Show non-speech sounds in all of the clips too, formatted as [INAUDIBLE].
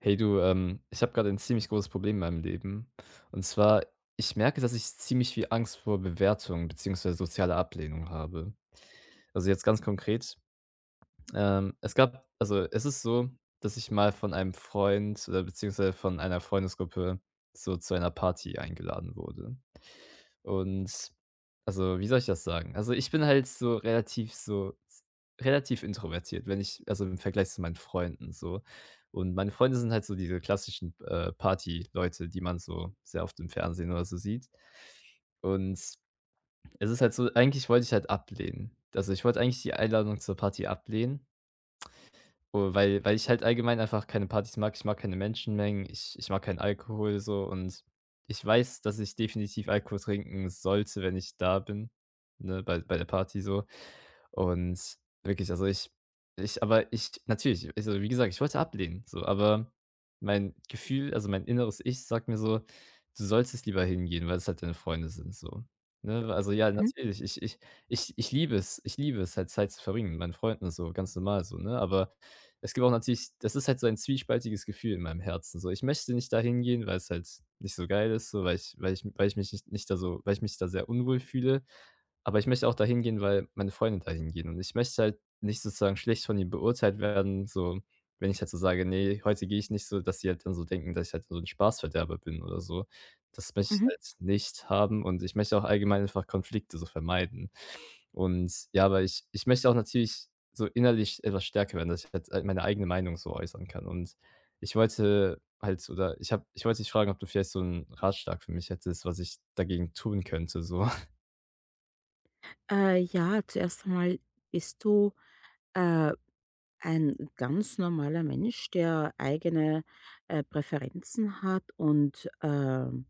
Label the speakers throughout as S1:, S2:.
S1: Hey du, ich habe gerade ein ziemlich großes Problem in meinem Leben. Und zwar, ich merke, dass ich ziemlich viel Angst vor Bewertung beziehungsweise sozialer Ablehnung habe. Also jetzt ganz konkret, es gab also es ist so, dass ich mal von einem Freund oder beziehungsweise von einer Freundesgruppe so zu einer Party eingeladen wurde. Und also, wie soll ich das sagen? Also, ich bin halt so relativ so s relativ introvertiert, wenn ich also, im Vergleich zu meinen Freunden so. Und meine Freunde sind halt so diese klassischen, Leute, die man so sehr oft im Fernsehen oder so sieht. Und es ist halt so, eigentlich wollte ich halt ablehnen. Also, ich wollte eigentlich die Einladung zur Party ablehnen. Oh, weil ich halt allgemein einfach keine Partys mag. Ich mag keine Menschenmengen, ich mag keinen Alkohol so. Und ich weiß, dass ich definitiv Alkohol trinken sollte, wenn ich da bin, ne, bei der Party so. Und wirklich, also ich natürlich, also wie gesagt, ich wollte ablehnen, so, aber mein Gefühl, also mein inneres Ich sagt mir so: „Du solltest lieber hingehen, weil es halt deine Freunde sind", so, ne? Also, ja,
S2: Mhm,
S1: natürlich, ich ich ich ich liebe es halt, Zeit zu verbringen mit meinen Freunden so, ganz normal so, ne? Aber es gibt auch natürlich, das ist halt so ein zwiespältiges Gefühl in meinem Herzen so. Ich möchte nicht da hingehen, weil es halt nicht so geil ist, so, weil ich mich nicht da so weil ich mich da sehr unwohl fühle. Aber ich möchte auch dahin gehen, weil meine Freunde dahin gehen und ich möchte halt nicht sozusagen schlecht von ihnen beurteilt werden, so, wenn ich halt so sage: „nee, heute gehe ich nicht", so, dass sie halt dann so denken, dass ich halt so ein Spaßverderber bin oder so. Das möchte ich
S2: mhm.
S1: halt nicht haben und ich möchte auch allgemein einfach Konflikte so vermeiden. Und ja, aber ich möchte auch natürlich so innerlich etwas stärker werden, dass ich halt meine eigene Meinung so äußern kann. Und ich wollte halt, oder ich wollte dich fragen, ob du vielleicht so einen Ratschlag für mich hättest, was ich dagegen tun könnte, so.
S2: Ja, zuerst einmal bist du, äh, ein ganz normaler Mensch, der eigene, Präferenzen hat und,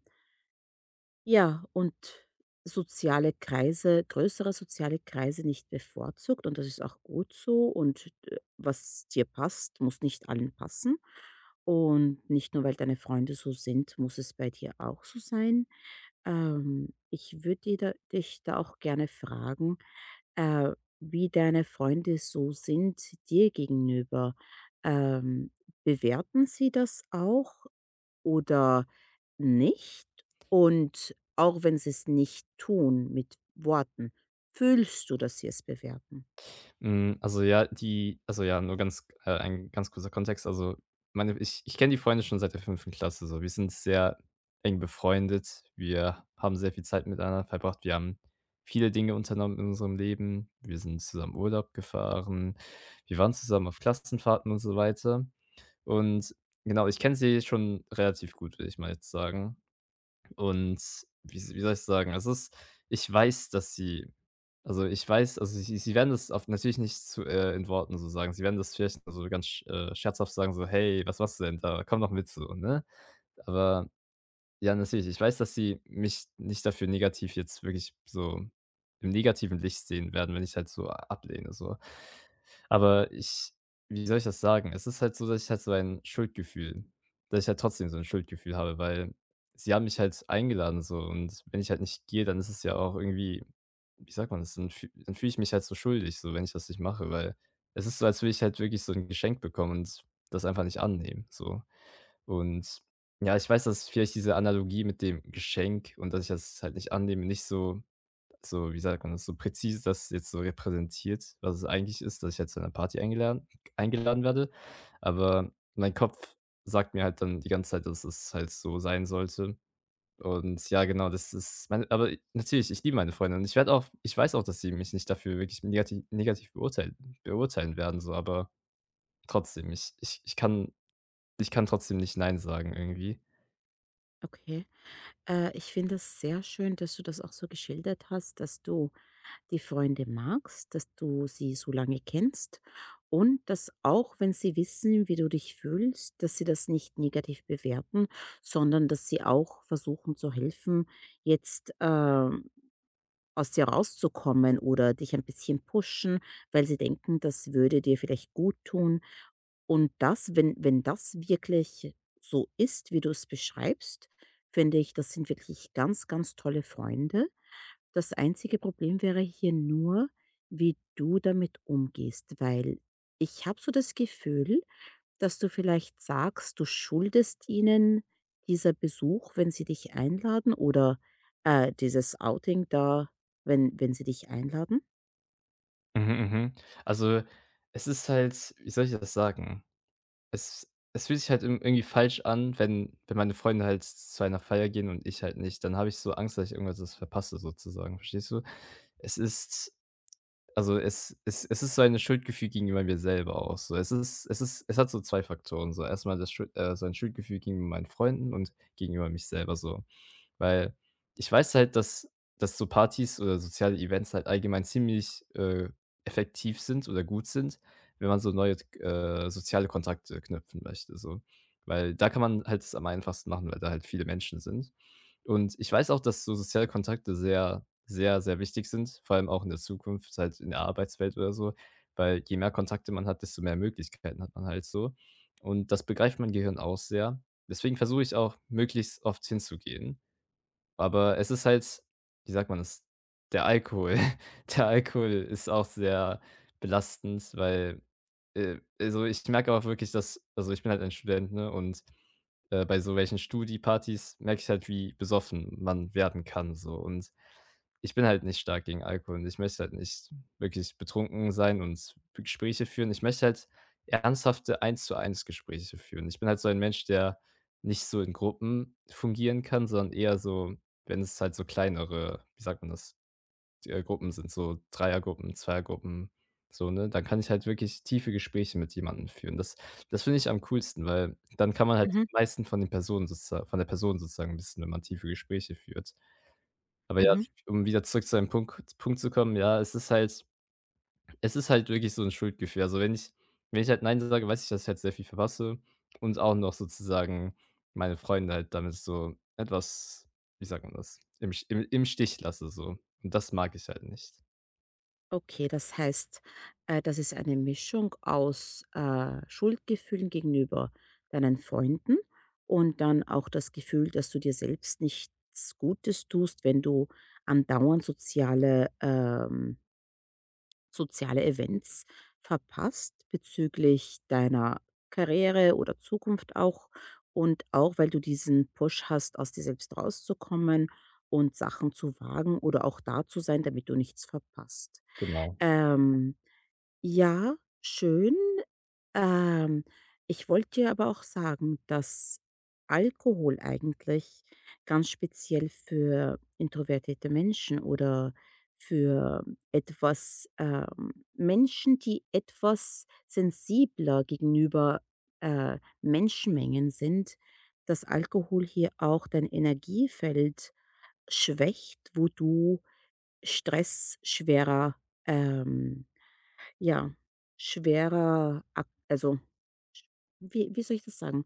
S2: ja, und soziale Kreise größere soziale Kreise nicht bevorzugt, und das ist auch gut so, und, was dir passt, muss nicht allen passen. Und nicht nur, weil deine Freunde so sind, muss es bei dir auch so sein. Ich würde da dich da auch gerne fragen, äh, wie deine Freunde so sind dir gegenüber. Ähm, Bewerten sie das auch, oder nicht? Und auch wenn sie es nicht tun mit Worten, fühlst du, dass sie es bewerten?
S1: Also ja, die also ja, nur ganz ein ganz kurzer Kontext. Also, meine ich kenne die Freunde schon seit der fünften Klasse so. Wir sind sehr eng befreundet. Wir haben sehr viel Zeit miteinander verbracht. Wir haben viele Dinge unternommen in unserem Leben. Wir sind zusammen Urlaub gefahren. Wir waren zusammen auf Klassenfahrten und so weiter. Und genau, ich kenne sie schon relativ gut, würde ich mal jetzt sagen. Und wie soll ich sagen? Es ist ich weiß, dass sie also, ich weiß, sie werden das auf natürlich nicht zu in Worten so sagen. Sie werden das vielleicht so ganz scherzhaft sagen, so: „Hey, was machst du denn da? Komm doch mit so", ne? Aber ja, natürlich. Ich weiß, dass sie mich nicht dafür negativ jetzt wirklich so im negativen Licht sehen werden, wenn ich halt so ablehne, so. Aber ich, wie soll ich das sagen? Es ist halt so, dass ich halt trotzdem so 'n Schuldgefühl habe, weil sie haben mich halt eingeladen so und wenn ich halt nicht gehe, dann ist es ja auch irgendwie, wie sagt man das? Dann fühle ich mich halt so schuldig, so, wenn ich das nicht mache, weil es ist so, als würde ich halt wirklich so 'n Geschenk bekommen und das einfach nicht annehmen, so. Und ja, ich weiß, dass vielleicht diese Analogie mit dem Geschenk und dass ich das halt nicht annehme, nicht so, so, wie sagt man das, so präzise das jetzt so repräsentiert, was es eigentlich ist, dass ich jetzt zu einer Party eingeladen werde. Aber mein Kopf sagt mir halt dann die ganze Zeit, dass es halt so sein sollte. Und ja, genau, das ist natürlich, ich liebe meine Freunde und ich weiß auch, dass sie mich nicht dafür wirklich negativ beurteilen werden so, aber trotzdem, ich ich ich kann trotzdem nicht nein sagen irgendwie.
S2: Okay. Ich finde es sehr schön, dass du das auch so geschildert hast, dass du die Freunde magst, dass du sie so lange kennst, und dass, auch wenn sie wissen, wie du dich fühlst, dass sie das nicht negativ bewerten, sondern dass sie auch versuchen zu helfen, jetzt aus dir rauszukommen oder dich ein bisschen pushen, weil sie denken, das würde dir vielleicht gut tun. Und das, wenn das wirklich so ist, wie du es beschreibst, finde ich, das sind wirklich ganz, ganz tolle Freunde. Das einzige Problem wäre hier nur, wie du damit umgehst, weil ich habe so das Gefühl, dass du vielleicht sagst, du schuldest ihnen dieser Besuch, wenn sie dich einladen, oder, dieses Outing da, wenn sie dich einladen?
S1: Mhm, mhm. Also, es ist halt, wie soll ich das sagen? Es es fühlt sich halt irgen irgendwie falsch an, wenn meine Freunde halt zu einer Feier gehen und ich halt nicht. Dann habe ich so Angst, dass ich irgendwas verpasse sozusagen, verstehst du? Es ist also, es ist so ein Schuldgefühl gegenüber mir selber auch so. Es hat so 2 Faktoren so. Erstmal das Schuld so ein Schuldgefühl gegenüber meinen Freunden und gegenüber mich selber so. Weil ich weiß halt, dass so Partys oder soziale Events halt allgemein ziemlich, effektiv sind oder gut sind, wenn man so neue soziale Kontakte knüpfen möchte so. Weil da kann man halt es am einfachsten machen, weil da halt viele Menschen sind. Und ich weiß auch, dass so soziale Kontakte sehr, sehr, sehr wichtig sind, vor allem auch in der Zukunft, halt in der Arbeitswelt oder so, weil je mehr Kontakte man hat, desto mehr Möglichkeiten hat man halt so. Und das begreift mein Gehirn auch sehr. Deswegen versuche ich auch, möglichst oft hinzugehen. Aber es ist halt, wie sagt man es, der Alkohol. [LAUGHS] Der Alkohol ist auch sehr belastend, weil, also, ich merke auch wirklich, dass, also, ich bin halt ein Student, ne, und, bei so welchen Studi-Partys merke ich halt, wie besoffen man werden kann so. Und ich bin halt nicht stark gegen Alkohol und ich möchte halt nicht wirklich betrunken sein und Gespräche führen. Ich möchte halt ernsthafte Eins-zu-eins Gespräche führen. Ich bin halt so ein Mensch, der nicht so in Gruppen fungieren kann, sondern eher so, wenn es halt so kleinere, wie sagt man das, Gruppen sind, so Dreiergruppen, Zweiergruppen, so, ne? Dann kann ich halt wirklich tiefe Gespräche mit jemandem führen. Das finde ich am coolsten, weil dann kann man halt
S2: Mhm,
S1: am meisten von den Person sozusagen wissen, wenn man tiefe Gespräche führt. Aber ja,
S2: mhm.
S1: um wieder zurück zu einem Punkt zu kommen, ja, es ist halt, wirklich so 'n Schuldgefühl. Also, wenn ich halt nein sage, weiß ich, dass ich halt sehr viel verpasse und auch noch sozusagen meine Freunde halt damit so etwas, wie sagt man das, im St im im Stich lasse so. Und das mag ich halt nicht.
S2: Okay, das heißt, das ist eine Mischung aus, Schuldgefühlen gegenüber deinen Freunden, und dann auch das Gefühl, dass du dir selbst nichts Gutes tust, wenn du andauernd soziale Events verpasst bezüglich deiner Karriere oder Zukunft auch, und auch, weil du diesen Push hast, aus dir selbst rauszukommen und Sachen zu wagen oder auch da zu sein, damit du nichts verpasst.
S1: Genau.
S2: Ähm, ja, schön. Ähm, Ich wollte dir aber auch sagen, dass Alkohol eigentlich ganz speziell für introvertierte Menschen oder für etwas Menschen, die etwas sensibler gegenüber Menschenmengen sind, dass Alkohol hier auch dein Energiefeld schwächt, wo du Stress schwerer, ähm, ja, schwerer, also, wie soll ich das sagen?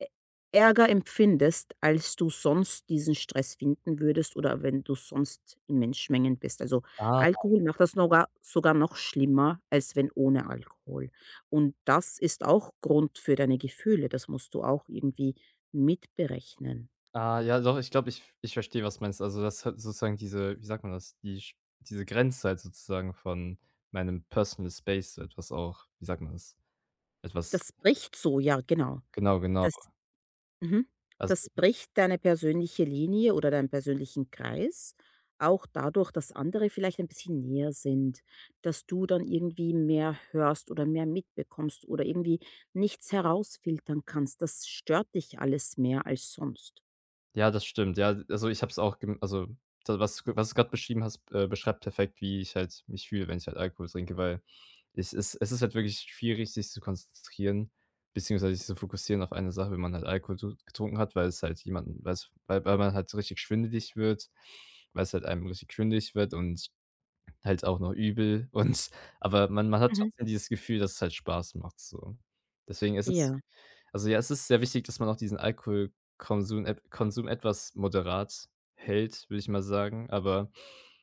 S2: Ä Ärger empfindest, als du sonst diesen Stress finden würdest oder wenn du sonst in Menschenmengen bist. Also,
S1: Ah.
S2: Alkohol macht das nogar sogar noch schlimmer, als wenn ohne Alkohol. Und das ist auch Grund für deine Gefühle. Das musst du auch irgendwie mitberechnen.
S1: Ah, ja, doch, ich glaube, ich verstehe, was du meinst. Also, das hat sozusagen diese, wie sagt man das, diese Grenze halt sozusagen von meinem Personal Space so etwas auch, wie sagt man das? Etwas,
S2: Das bricht so, ja, genau.
S1: genau, genau.
S2: Mhm.
S1: Also,
S2: Das bricht deine persönliche Linie oder deinen persönlichen Kreis, auch dadurch, dass andere vielleicht ein bisschen näher sind, dass du dann irgendwie mehr hörst oder mehr mitbekommst oder irgendwie nichts herausfiltern kannst. Das stört dich alles mehr als sonst.
S1: ja, das stimmt. Ja, also, ich habe es auch gem also, da was du, was du gerade beschrieben hast, beschreibt perfekt, wie ich halt mich fühle, wenn ich halt Alkohol trinke, weil es ist halt wirklich schwierig, sich zu konzentrieren, beziehungsweise sich zu fokussieren auf eine Sache, wenn man halt Alkohol zu getrunken hat, weil es halt jemanden weil's weil weil man halt so richtig schwindelig wird, weil es halt einem richtig schwindelig wird und halt auch noch übel [LAUGHS] und aber man hat
S2: Mhm.
S1: trotzdem dieses Gefühl, dass es halt Spaß macht so. Deswegen ist es,
S2: Ja.
S1: also, ja, es ist sehr wichtig, dass man auch diesen Alkoholkonsum et Konsum etwas moderat hält, würde ich mal sagen. Aber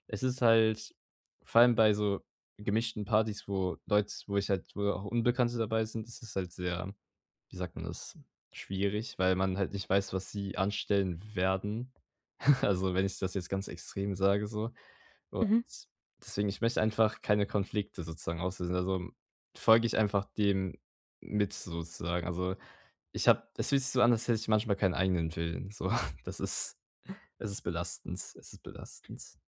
S1: es ist halt, vor allem bei so gemischten Partys, wo ich halt wo auch Unbekannte dabei sind, ist es halt sehr, wie sagt man das, schwierig, weil man halt nicht weiß, was sie anstellen werden. [LAUGHS] Also, wenn ich das jetzt ganz extrem sage so. Und
S2: Mhm.
S1: deswegen, ich möchte einfach keine Konflikte sozusagen auslösen. Also, folge ich einfach dem mit sozusagen. Also, ich habe es fühlt sich so an, als hätte ich manchmal keinen eigenen Willen. So, [LAUGHS] das ist es ist belastend. Es ist belastend.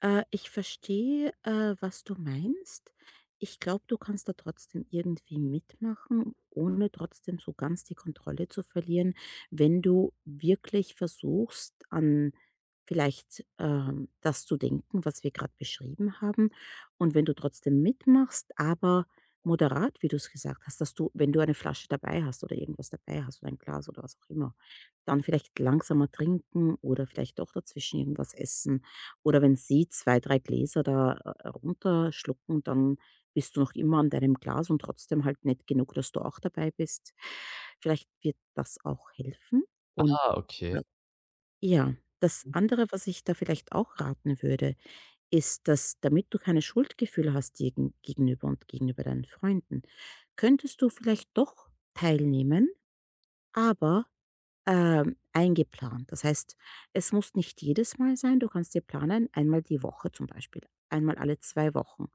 S2: Ich verstehe, was du meinst. Ich glaube, du kannst da trotzdem irgendwie mitmachen, ohne trotzdem so ganz die Kontrolle zu verlieren, wenn du wirklich versuchst, an vielleicht das zu denken, was wir gerade beschrieben haben. Und wenn du trotzdem mitmachst, aber moderat, wie du es gesagt hast, dass du, wenn du eine Flasche dabei hast oder irgendwas dabei hast oder ein Glas oder was auch immer, dann vielleicht langsamer trinken oder vielleicht doch dazwischen irgendwas essen, oder wenn sie 2 3 Gläser da, runterschlucken, dann bist du noch immer an deinem Glas und trotzdem halt nicht genug, dass du auch dabei bist. Vielleicht wird das auch helfen. Und
S1: Ah, okay.
S2: äh, ja, das andere, was ich da vielleicht auch raten würde, ist, dass, damit du keine Schuldgefühle hast gegenüber und gegenüber deinen Freunden, könntest du vielleicht doch teilnehmen, aber eingeplant. Das heißt, es muss nicht jedes Mal sein. Du kannst dir planen, einmal die Woche zum Beispiel, einmal alle 2 Wochen.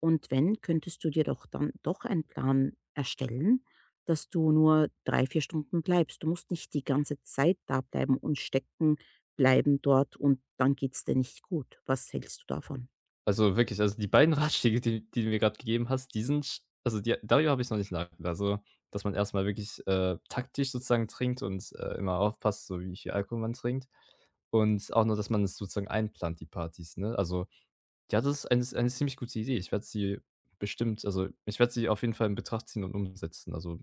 S2: Und wenn, könntest du dir doch dann doch einen Plan erstellen, dass du nur 3 4 Stunden bleibst. Du musst nicht die ganze Zeit da bleiben und stecken bleiben dort und dann geht's dir nicht gut. Was hältst du davon?
S1: Also, wirklich, also, die beiden [LAUGHS] Ratschläge, die du mir gerade gegeben hast, die sind sch also, die, darüber habe ich noch nicht nachgedacht. Also, dass man erstmal wirklich, taktisch sozusagen trinkt und, immer aufpasst, so wie viel Alkohol man trinkt. Und auch nur, dass man es sozusagen einplant, die Partys, ne? Also, ja, das ist eine ziemlich gute Idee. Ich werde sie bestimmt, also, ich werde sie auf jeden Fall in Betracht ziehen und umsetzen. Also,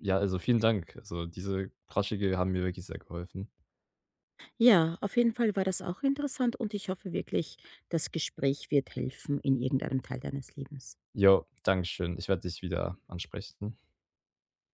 S1: ja, also, vielen Dank. Also, diese Ratschläge haben mir wirklich sehr geholfen.
S2: Ja, auf jeden Fall war das auch interessant und ich hoffe wirklich, das Gespräch wird helfen in irgendeinem Teil deines Lebens.
S1: Jo, danke schön. Ich werde dich wieder ansprechen.